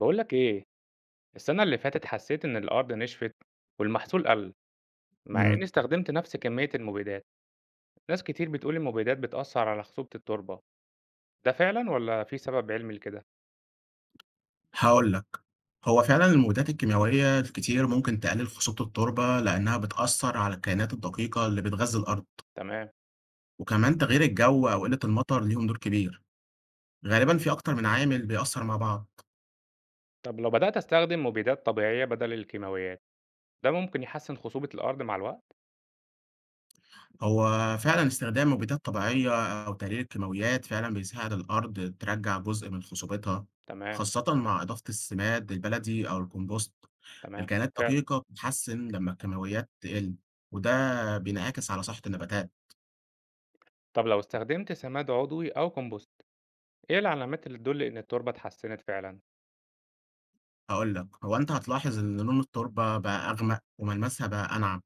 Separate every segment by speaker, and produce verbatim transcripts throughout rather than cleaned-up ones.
Speaker 1: باقول لك إيه، السنة اللي فاتت حسيت إن الأرض نشفت والمحصول قل، مع إني
Speaker 2: إمم،
Speaker 1: استخدمت نفس كمية المبيدات، ناس كتير بتقول المبيدات بتأثر على خصوبة التربة، ده فعلًا والّا في سبب علمي لكده؟
Speaker 2: هاقول لك، هو فعلًا المبيدات الكيميائية الكتير ممكن تقلل خصوبة التربة لأنها بتأثّر على الكائنات الدقيقة اللي بتغذي الأرض،
Speaker 1: تمام،
Speaker 2: وكمان تغيير الجو أو قلة المطر ليهم دور كبير، غالبًا في أكتر من عامل بيأثّر مع بعض،
Speaker 1: طب لو بدأت أستخدم مبيدات طبيعية بدل الكيماويات، ده ممكن يحسن خصوبة الأرض مع الوقت؟
Speaker 2: هو فعلًا استخدام مبيدات طبيعية أو تقليل الكيماويات فعلًا بيساعد الأرض ترجّع جزء من خصوبتها،
Speaker 1: تمام،
Speaker 2: خاصةً مع إضافة السماد البلدي أو الكومبوست،
Speaker 1: تمام،
Speaker 2: الكائنات
Speaker 1: فعلًا،
Speaker 2: الدقيقة بتتحسن لمّا الكيماويات تقل، وده بينعكس على صحة النباتات.
Speaker 1: طب لو استخدمت سماد عضوي أو كومبوست، إيه العلامات اللي تدل إن التربة اتحسنت فعلًا؟
Speaker 2: هاقول لك، هو أنت هتلاحظ إن لون التربة بقى أغمق وملمسها بقى أنعم،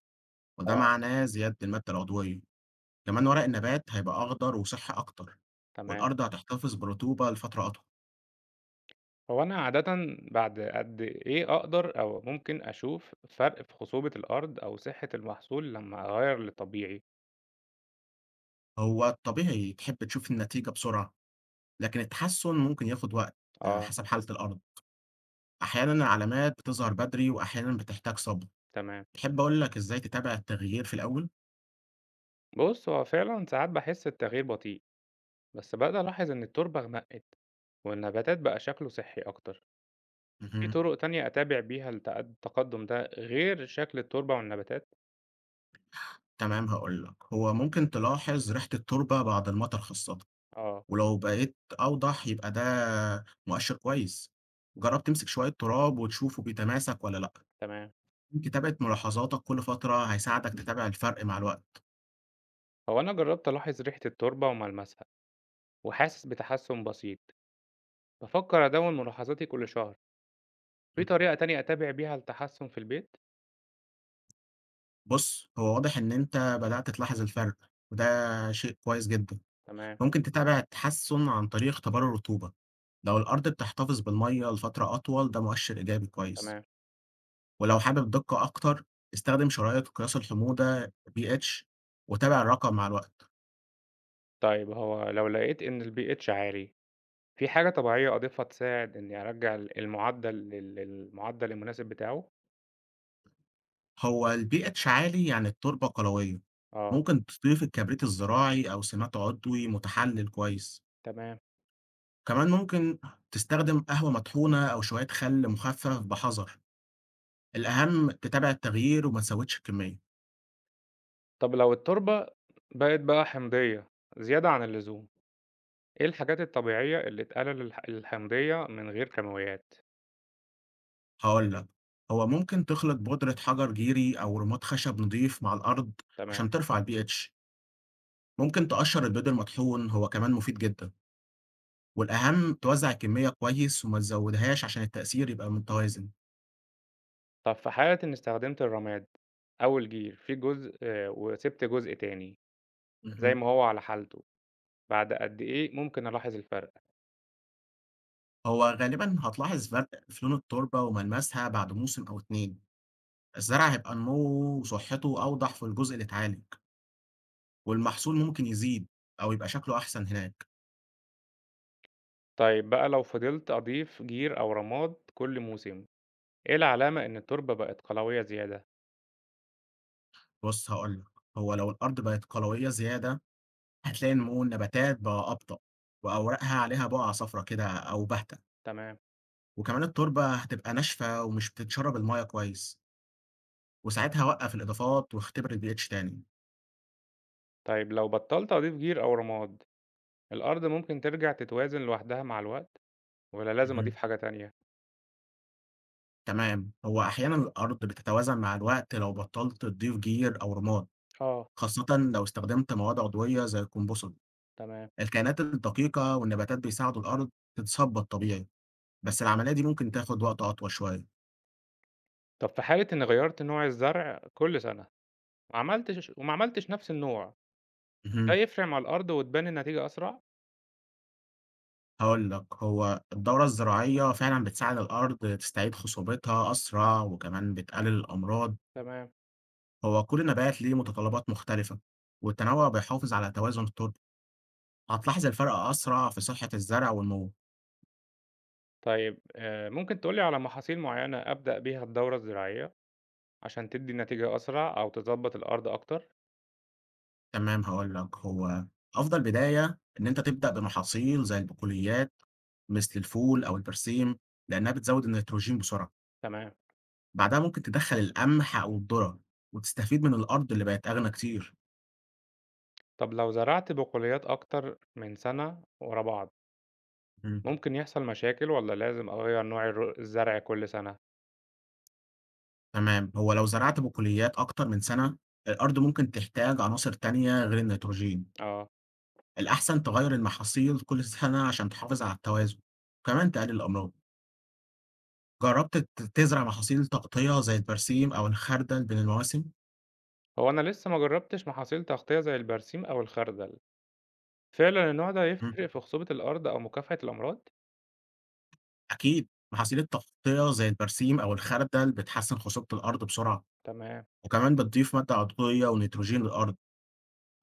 Speaker 2: وده
Speaker 1: آه،
Speaker 2: معناه زيادة المادة العضوية، كمان ورق النبات هيبقى أخضر وصحي أكتر،
Speaker 1: تمام.
Speaker 2: والأرض هتحتفظ برطوبة لفترة أطول،
Speaker 1: هو أنا عادةً بعد قد إيه أقدر أو ممكن أشوف فرق في خصوبة الأرض أو صحة المحصول لمّا أغيّر لطبيعي؟
Speaker 2: هو الطبيعي تحب تشوف النتيجة بسرعة، لكن التحسن ممكن ياخد وقت آآ
Speaker 1: آه،
Speaker 2: حسب حالة الأرض، أحيانًا العلامات بتظهر بدري وأحيانًا بتحتاج صبر،
Speaker 1: تمام.
Speaker 2: تحب أقول لك إزاي تتابع التغيير في الأول؟
Speaker 1: بُص، هو فعلًا ساعات باحس التغيير بطيء، بس بدأت ألاحظ إن التربة غمقِت والنباتات بقى شكله صحي أكتر. في
Speaker 2: اهم،
Speaker 1: طرق تانية أتابع بيها التق التقدُّم ده غير شكل التربة والنباتات؟
Speaker 2: تمام هاقول لك، هو ممكن تلاحظ ريحة التربة بعد المطر خاصةً.
Speaker 1: آه،
Speaker 2: ولو بقيت أوضح يبقى ده مؤشر كويس. جرّب تمسك شوية تراب وتشوفه بيتماسك والّا لأ.
Speaker 1: تمام.
Speaker 2: كتابة ملاحظاتك كل فترة هيساعدك تتابع الفرق مع الوقت.
Speaker 1: هو أنا جرّبت ألاحظ ريحة التربة وملمسها وحاسس بتحسُّن بسيط. بافكر أدوِّن ملاحظاتي كل شهر. في
Speaker 2: إمم.
Speaker 1: طريقة تانية أتابع بيها التحسُّن في البيت؟
Speaker 2: بُص، هو واضح إن أنت بدأت تلاحظ الفرق وده شيء كويس جدًا.
Speaker 1: تمام،
Speaker 2: ممكن تتابع التحسُّن عن طريق اختبار الرطوبة. لو الأرض بتحتفظ بالمَيّة لفترة أطول ده مؤشر إيجابي كويس.
Speaker 1: تمام.
Speaker 2: ولو حابب دقة أكتر، استخدم شرايط قياس الحموضة بي إتش وتابع الرقم مع الوقت.
Speaker 1: طيب هو لو لقيت إن الpH عالي، في حاجة طبيعية أضيفها تساعد إنّي أرجّع ال المُعدّل لل للمُعدّل المناسب بتاعه؟
Speaker 2: هو ال بي إتش عالي يعني التربة قلوية،
Speaker 1: آه،
Speaker 2: ممكن تضيف الكبريت الزراعي أو سماد عضوي متحلل كويس،
Speaker 1: تمام.
Speaker 2: كمان ممكن تستخدم قهوة مطحونة أو شوية خل مخفف بحذر، الأهم تتابع التغيير وما تزودش الكمية،
Speaker 1: طب لو التربة بقت بقى حمضية زيادة عن اللزوم، إيه الحاجات الطبيعية اللي تقلل الح الحمضية من غير كيماويات؟
Speaker 2: هقول لك هو ممكن تخلط بودرة حجر جيري أو رماد خشب نضيف مع الأرض
Speaker 1: تمام.
Speaker 2: عشان ترفع ال بي إتش، ممكن تقشر البيض المطحون هو كمان مفيد جدا، والأهم توزع الكمية كويس وما تزودهاش عشان التأثير يبقى متوازن.
Speaker 1: طب في حالة إنّي استخدمت الرماد أو الجير في جزء آه، وسِبت جزء تاني زي
Speaker 2: مهم.
Speaker 1: ما هو على حالته، بعد قد إيه ممكن ألاحظ الفرق؟
Speaker 2: هو غالبًا هتلاحظ فرق في لون التربة وملمسها بعد موسم أو اتنين، الزرع هيبقى نموه وصحته أوضح في الجزء اللي اتعالج، والمحصول ممكن يزيد أو يبقى شكله أحسن هناك.
Speaker 1: طيب بقى لو فضلت أضيف جير أو رماد كل موسم، إيه العلامة إن التربة بقت قلوية زيادة؟
Speaker 2: بُص هاقول لك، هو لو الأرض بقت قلوية زيادة هتلاقي نمو النباتات بقى أبطأ، وأوراقها عليها بقع صفرا كده أو باهتة،
Speaker 1: تمام،
Speaker 2: وكمان التربة هتبقى ناشفة ومش بتتشرب المَيّة كويس، وساعتها وقّف الإضافات واختبر ال بي إتش تاني.
Speaker 1: طيب لو بطلت أضيف جير أو رماد، الأرض ممكن ترجع تتوازن لوحدها مع الوقت ولا لازم أضيف
Speaker 2: اهم.
Speaker 1: حاجة تانية؟
Speaker 2: تمام. هو أحيانًا الأرض بتتوازن مع الوقت لو بطّلت تضيف جير أو رماد،
Speaker 1: آه
Speaker 2: خاصةً لو استخدمت مواد عضوية زي الكمبوسل.
Speaker 1: تمام،
Speaker 2: الكائنات الدقيقة والنباتات بيساعدوا الأرض تتثبط طبيعي، بس العملية دي ممكن تاخد وقت أطول شوية.
Speaker 1: طب في حالة إني غيرت نوع الزرع كل سنة، وعملتش وما عملتش نفس النوع، ده
Speaker 2: اهم،
Speaker 1: يفرق مع الأرض وتبان النتيجة أسرع؟
Speaker 2: هاقول لك، هو الدورة الزراعية فعلًا بتساعد الأرض تستعيد خصوبتها أسرع وكمان بتقلل الأمراض.
Speaker 1: تمام،
Speaker 2: هو كل نبات ليه متطلبات مختلفة، والتنوع بيحافظ على توازن التربة. هتلاحظ الفرق أسرع في صحة الزرع والنمو.
Speaker 1: طيب آه، ممكن تقولي على محاصيل معينة أبدأ بيها الدورة الزراعية عشان تدي نتيجة أسرع أو تظبط الأرض أكتر؟
Speaker 2: تمام هاقول لك، هو أفضل بداية إن أنت تبدأ بمحاصيل زي البقوليات مثل الفول أو البرسيم، لإنها بتزود النيتروجين بسرعة،
Speaker 1: تمام.
Speaker 2: بعدها ممكن تدخّل القمح أو الذرة وتستفيد من الأرض اللي بقت أغنى كتير.
Speaker 1: طب لو زرعت بقوليات أكتر من سنة ورا بعض،
Speaker 2: إمم.
Speaker 1: ممكن يحصل مشاكل ولا لازم أغير نوع الر- الزرع كل سنة؟
Speaker 2: تمام، هو لو زرعت بقوليات أكتر من سنة، الأرض ممكن تحتاج عناصر تانية غير النيتروجين،
Speaker 1: آه،
Speaker 2: الأحسن تغيّر المحاصيل كل سنة عشان تحافظ على التوازن، وكمان تقلل الأمراض. جرّبت ت تزرع محاصيل تغطية زي البرسيم أو الخردل بين المواسم؟
Speaker 1: هو أنا لسه ما جربتش محاصيل تغطية زي البرسيم أو الخردل، فعلا النوع ده يفرق في خصوبة الأرض أو مكافحة الأمراض؟
Speaker 2: أكيد محاصيل التغطية زي البرسيم أو الخردل بتحسن خصوبة الأرض بسرعة
Speaker 1: تمام،
Speaker 2: وكمان بتضيف مادة عضوية ونيتروجين للأرض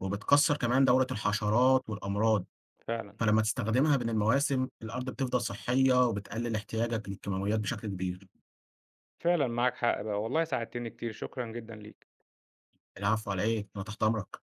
Speaker 2: وبتكسر كمان دورة الحشرات والأمراض
Speaker 1: فعلا،
Speaker 2: فلما تستخدمها بين المواسم الأرض بتفضل صحية وبتقلل احتياجك للكيماويات بشكل كبير
Speaker 1: فعلا معاك حق بقى، والله ساعدتني كتير، شكرا جدا ليك.
Speaker 2: العفو على إيه أنا تحت أمرك